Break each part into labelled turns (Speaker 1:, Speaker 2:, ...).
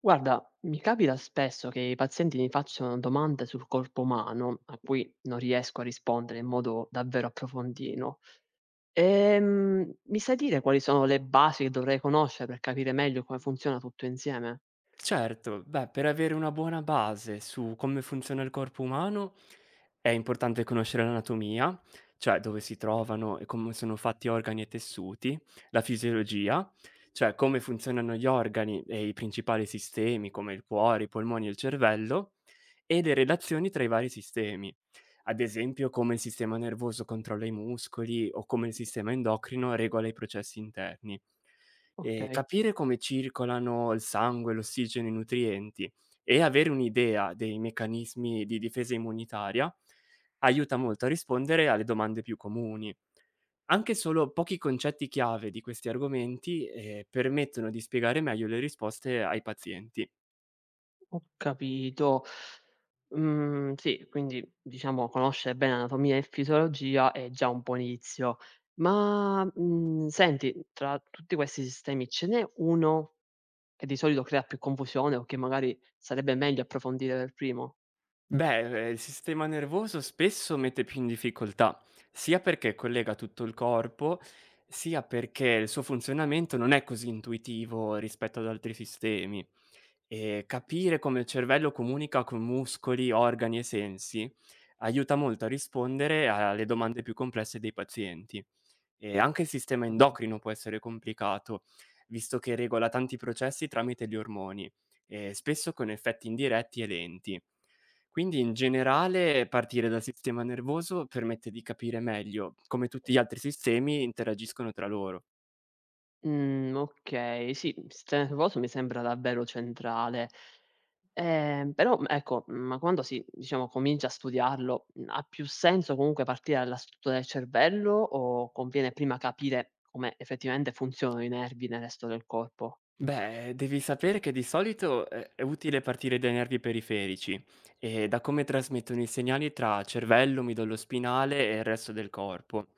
Speaker 1: Guarda, mi capita spesso che i pazienti mi facciano domande sul corpo umano a cui non riesco a rispondere in modo davvero approfondito. Mi sai dire quali sono le basi che dovrei conoscere per capire meglio come funziona tutto insieme?
Speaker 2: Certo, beh, per avere una buona base su come funziona il corpo umano è importante conoscere l'anatomia, cioè dove si trovano e come sono fatti organi e tessuti, la fisiologia, cioè come funzionano gli organi e i principali sistemi come il cuore, i polmoni e il cervello, e le relazioni tra i vari sistemi. Ad esempio, come il sistema nervoso controlla i muscoli o come il sistema endocrino regola i processi interni.
Speaker 1: Ok,
Speaker 2: Capire come circolano il sangue, l'ossigeno, i nutrienti e avere un'idea dei meccanismi di difesa immunitaria, aiuta molto a rispondere alle domande più comuni. Anche solo pochi concetti chiave di questi argomenti, permettono di spiegare meglio le risposte ai pazienti.
Speaker 1: ho capito. Mm, sì, quindi diciamo conoscere bene anatomia e fisiologia è già un buon inizio. Ma senti, tra tutti questi sistemi ce n'è uno e di solito crea più confusione o che magari sarebbe meglio approfondire per primo?
Speaker 2: Beh, il sistema nervoso spesso mette più in difficoltà, sia perché collega tutto il corpo, sia perché il suo funzionamento non è così intuitivo rispetto ad altri sistemi. Capire come il cervello comunica con muscoli, organi e sensi aiuta molto a rispondere a alle domande più complesse dei pazienti. E anche il sistema
Speaker 1: Certo.
Speaker 2: endocrino può essere complicato, visto che regola tanti processi tramite gli ormoni, spesso con effetti indiretti e lenti. Quindi in generale partire dal sistema nervoso permette di capire meglio come tutti gli altri sistemi interagiscono tra loro.
Speaker 1: Mhmm, okay, sì, il sistema nervoso mi sembra davvero centrale. Però, ma quando si diciamo comincia a studiarlo, ha più senso comunque partire dalla struttura del cervello o conviene prima capire come effettivamente funzionano i nervi nel resto del corpo?
Speaker 2: Beh, devi sapere che di solito è utile partire dai nervi periferici e da come trasmettono i segnali tra cervello, midollo spinale e il resto del corpo,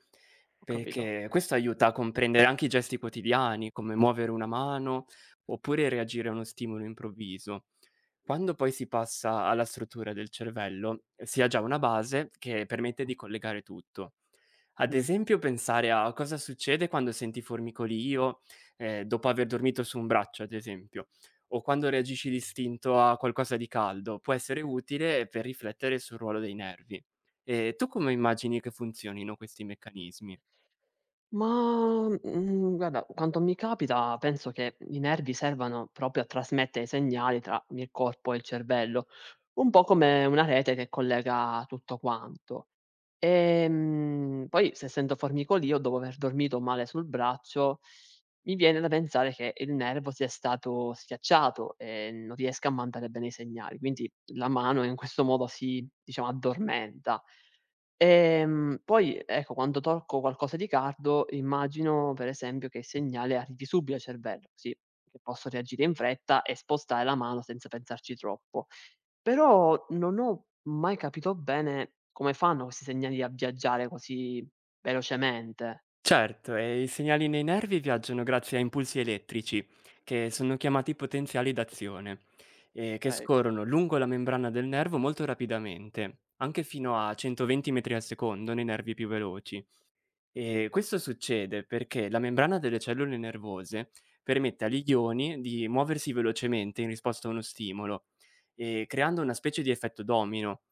Speaker 1: Ho capito.
Speaker 2: perché questo aiuta a comprendere anche i gesti quotidiani, come muovere una mano oppure reagire a uno stimolo improvviso. Quando poi si passa alla struttura del cervello, si ha già una base che permette di collegare tutto. Ad
Speaker 1: Mh.
Speaker 2: esempio, pensare a cosa succede quando senti formicolio dopo aver dormito su un braccio, ad esempio, o quando reagisci d'istinto a qualcosa di caldo, può essere utile per riflettere sul ruolo dei nervi. Tu come immagini che funzionino questi meccanismi?
Speaker 1: Ma, guarda, quanto mi capita penso che i nervi servano proprio a trasmettere i segnali tra il corpo e il cervello, un po' come una rete che collega tutto quanto. Poi s essendo formicolio, dopo aver dormito male sul braccio, mi viene da pensare che il nervo sia stato schiacciato e non riesca a mandare bene i segnali, quindi la mano in questo modo si, diciamo, addormenta. Poi ecco, quando tocco qualcosa di caldo, immagino per esempio che il segnale arrivi subito al cervello, così che posso reagire in fretta e spostare la mano senza pensarci troppo. Però non ho mai capito bene come fanno questi segnali a viaggiare così velocemente,
Speaker 2: Certo, e i segnali nei nervi viaggiano grazie a impulsi elettrici, che sono chiamati potenziali d'azione, che
Speaker 1: okay.
Speaker 2: scorrono lungo la membrana del nervo molto rapidamente, anche fino a 120 metri al secondo nei nervi più veloci. Questo succede perché la membrana delle cellule nervose permette agli ioni di muoversi velocemente in risposta a uno stimolo, creando una specie di effetto domino.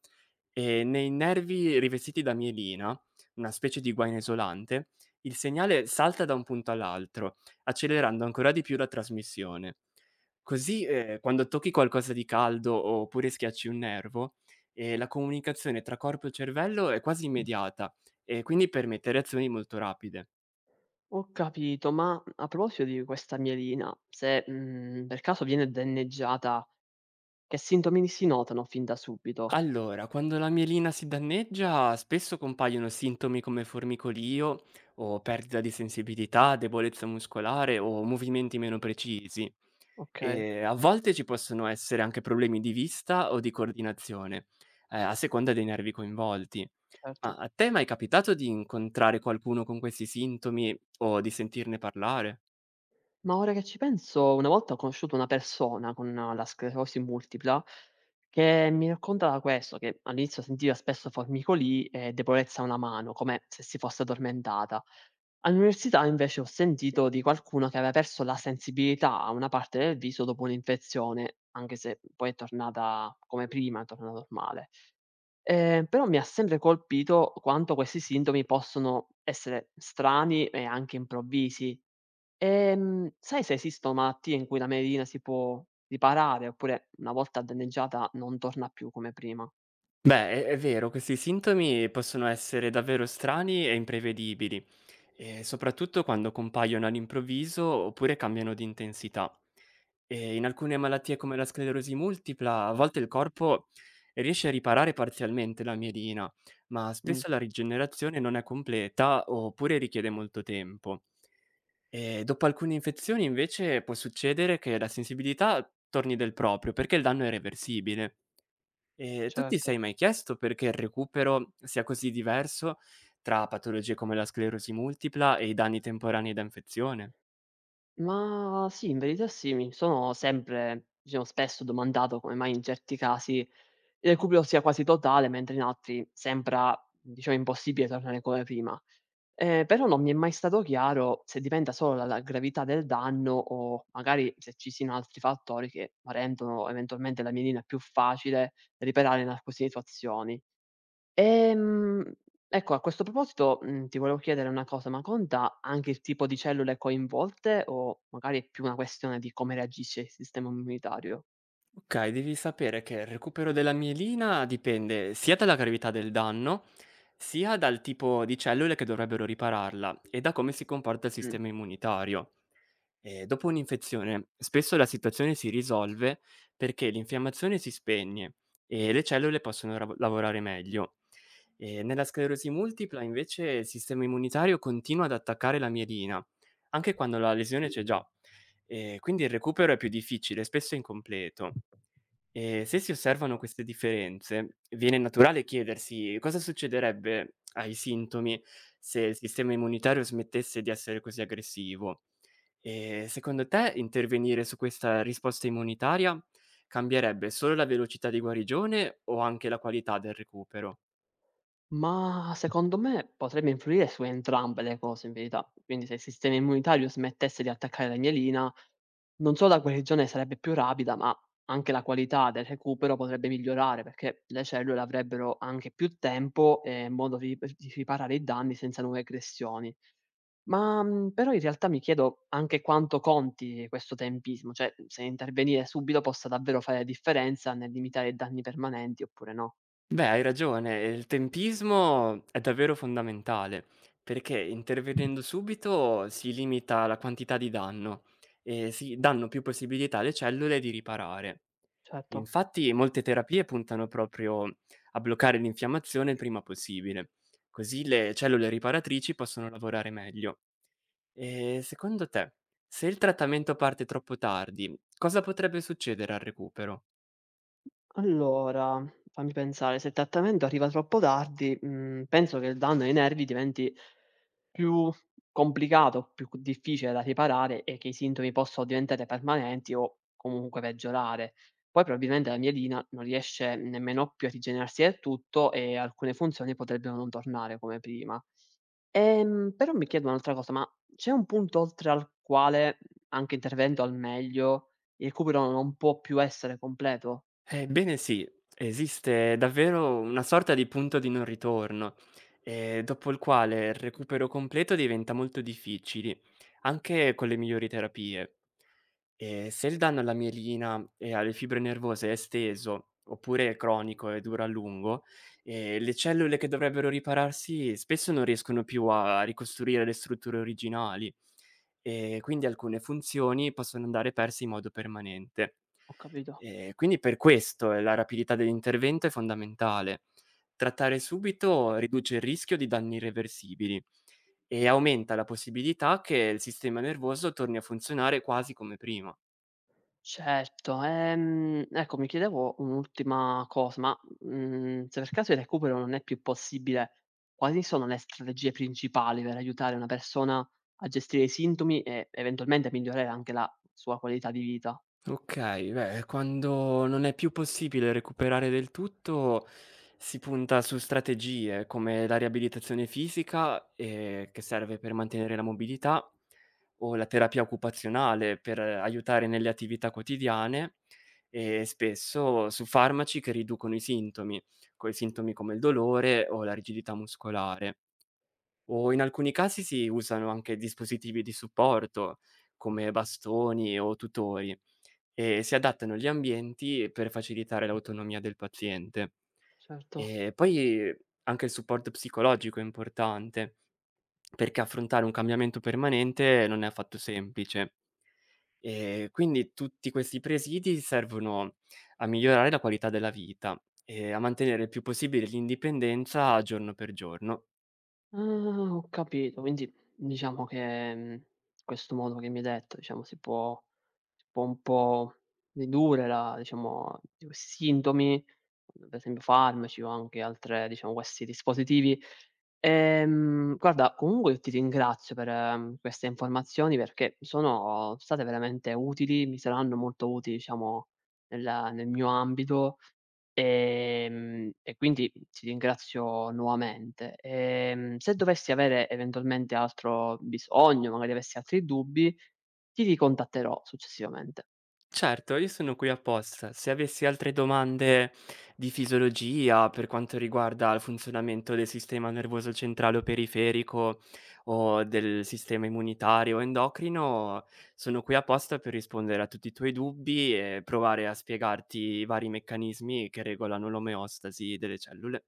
Speaker 2: Nei nervi rivestiti da mielina, una specie di guaina isolante, il segnale salta da un punto all'altro, accelerando ancora di più la trasmissione. Così, quando tocchi qualcosa di caldo oppure schiacci un nervo, la comunicazione tra corpo e cervello è quasi immediata e quindi permette reazioni molto rapide.
Speaker 1: Ho capito, ma a proposito di questa mielina, se, per caso viene danneggiata, che sintomi si notano fin da subito?
Speaker 2: Allora, quando la mielina si danneggia, spesso compaiono sintomi come formicolio o perdita di sensibilità, debolezza muscolare o movimenti meno precisi.
Speaker 1: Okay,
Speaker 2: E a volte ci possono essere anche problemi di vista o di coordinazione, a seconda dei nervi coinvolti. Ma
Speaker 1: certo.
Speaker 2: a te è mai capitato di incontrare qualcuno con questi sintomi o di sentirne parlare?
Speaker 1: Ma ora che ci penso, una volta ho conosciuto una persona con la sclerosi multipla che mi raccontava questo, che all'inizio sentiva spesso formicolii e debolezza a una mano, come se si fosse addormentata. All'università invece ho sentito di qualcuno che aveva perso la sensibilità a una parte del viso dopo un'infezione, anche se poi è tornata come prima, è tornata normale. Però mi ha sempre colpito quanto questi sintomi possono essere strani e anche improvvisi. Sai se esistono malattie in cui la melina si può riparare, oppure una volta danneggiata non torna più come prima?
Speaker 2: Beh, è vero, questi sintomi possono essere davvero strani e imprevedibili, e soprattutto quando compaiono all'improvviso oppure cambiano di intensità. E in alcune malattie come la sclerosi multipla, a volte il corpo riesce a riparare parzialmente la mielina, ma
Speaker 1: Mh,
Speaker 2: spesso la rigenerazione non è completa oppure richiede molto tempo. E dopo alcune infezioni invece può succedere che la sensibilità torni del proprio perché il danno è reversibile. Tu ti
Speaker 1: certo.
Speaker 2: sei mai chiesto perché il recupero sia così diverso tra patologie come la sclerosi multipla e i danni temporanei da infezione?
Speaker 1: Ma sì, in verità sì, mi sono sempre diciamo spesso domandato come mai in certi casi il recupero sia quasi totale, mentre in altri sembra, diciamo, impossibile tornare come prima. Però non mi è mai stato chiaro se dipenda solo dalla gravità del danno o magari se ci siano altri fattori che ma rendono eventualmente la mielina più facile riparare in alcune situazioni. Ehm, ecco a questo proposito, ti volevo chiedere una cosa, ma conta anche il tipo di cellule coinvolte o magari è più una questione di come reagisce il sistema immunitario?
Speaker 2: Okay, devi sapere che il recupero della mielina dipende sia dalla gravità del danno, sia dal tipo di cellule che dovrebbero ripararla e da come si comporta il
Speaker 1: Mh.
Speaker 2: sistema immunitario. E dopo un'infezione, spesso la situazione si risolve perché l'infiammazione si spegne e le cellule possono rav lavorare meglio. E nella sclerosi multipla, invece, il sistema immunitario continua ad attaccare la mielina, anche quando la lesione c'è già. E quindi il recupero è più difficile, spesso incompleto. E se si osservano queste differenze, viene naturale chiedersi cosa succederebbe ai sintomi se il sistema immunitario smettesse di essere così aggressivo. E secondo te intervenire su questa risposta immunitaria cambierebbe solo la velocità di guarigione o anche la qualità del recupero?
Speaker 1: Ma secondo me potrebbe influire su entrambe le cose in verità. Quindi se il sistema immunitario smettesse di attaccare la mielina, non solo la guarigione sarebbe più rapida, ma anche la qualità del recupero potrebbe migliorare perché le cellule avrebbero anche più tempo e modo di di riparare i danni senza nuove aggressioni. Ma però in realtà mi chiedo anche quanto conti questo tempismo, cioè se intervenire subito possa davvero fare la differenza nel limitare i danni permanenti oppure no.
Speaker 2: Beh, hai ragione, il tempismo è davvero fondamentale, perché intervenendo subito si limita la quantità di danno e si danno più possibilità alle cellule di riparare.
Speaker 1: Certo.
Speaker 2: Infatti, molte terapie puntano proprio a bloccare l'infiammazione il prima possibile, così le cellule riparatrici possono lavorare meglio. E secondo te, se il trattamento parte troppo tardi, cosa potrebbe succedere al recupero?
Speaker 1: Allora, fammi pensare, se il trattamento arriva troppo tardi, penso che il danno ai nervi diventi più complicato, più c difficile da riparare e che i sintomi possano diventare permanenti o comunque peggiorare. Poi probabilmente la mielina non riesce nemmeno più a rigenerarsi del tutto e alcune funzioni potrebbero non tornare come prima. Però mi chiedo un'altra cosa, ma c'è un punto oltre al quale, anche intervento al meglio, il recupero non può più essere completo?
Speaker 2: Ebbene sì, esiste davvero una sorta di punto di non ritorno, dopo il quale il recupero completo diventa molto difficile, anche con le migliori terapie. Se il danno alla mielina e alle fibre nervose è esteso, oppure è cronico e dura a lungo, le cellule che dovrebbero ripararsi spesso non riescono più a ricostruire le strutture originali, e quindi alcune funzioni possono andare perse in modo permanente.
Speaker 1: Ho capito.
Speaker 2: Quindi per questo, la rapidità dell'intervento è fondamentale. Trattare subito riduce il rischio di danni irreversibili e aumenta la possibilità che il sistema nervoso torni a funzionare quasi come prima.
Speaker 1: Certo, ecco mi chiedevo un'ultima cosa, ma, se per caso il recupero non è più possibile, quali sono le strategie principali per aiutare una persona a gestire i sintomi e eventualmente a migliorare anche la sua qualità di vita?
Speaker 2: Okay, beh, quando non è più possibile recuperare del tutto, si punta su strategie come la riabilitazione fisica, che serve per mantenere la mobilità, o la terapia occupazionale per aiutare nelle attività quotidiane e spesso su farmaci che riducono i sintomi, coi sintomi come il dolore o la rigidità muscolare. O in alcuni casi si usano anche dispositivi di supporto come bastoni o tutori. Si adattano agli ambienti per facilitare l'autonomia del paziente.
Speaker 1: Certo.
Speaker 2: E poi anche il supporto psicologico è importante, perché affrontare un cambiamento permanente non è affatto semplice. Quindi tutti questi presidi servono a migliorare la qualità della vita e a mantenere il più possibile l'indipendenza giorno per giorno.
Speaker 1: Ah, ho capito. Quindi diciamo che, questo modo che mi hai detto, diciamo, si può un po' ridurre la diciamo, di questi sintomi, ad esempio farmaci o anche altre diciamo, questi dispositivi. Guarda, comunque io ti ringrazio per queste informazioni perché sono state veramente utili, mi saranno molto utili, diciamo, nel mio ambito. E quindi ti ringrazio nuovamente. Se dovessi avere eventualmente altro bisogno, magari avessi altri dubbi, ti ricontatterò successivamente.
Speaker 2: Certo, io sono qui apposta. Se avessi altre domande di fisiologia per quanto riguarda il funzionamento del sistema nervoso centrale o periferico o del sistema immunitario o endocrino, sono qui apposta per rispondere a tutti i tuoi dubbi e provare a spiegarti i vari meccanismi che regolano l'omeostasi delle cellule.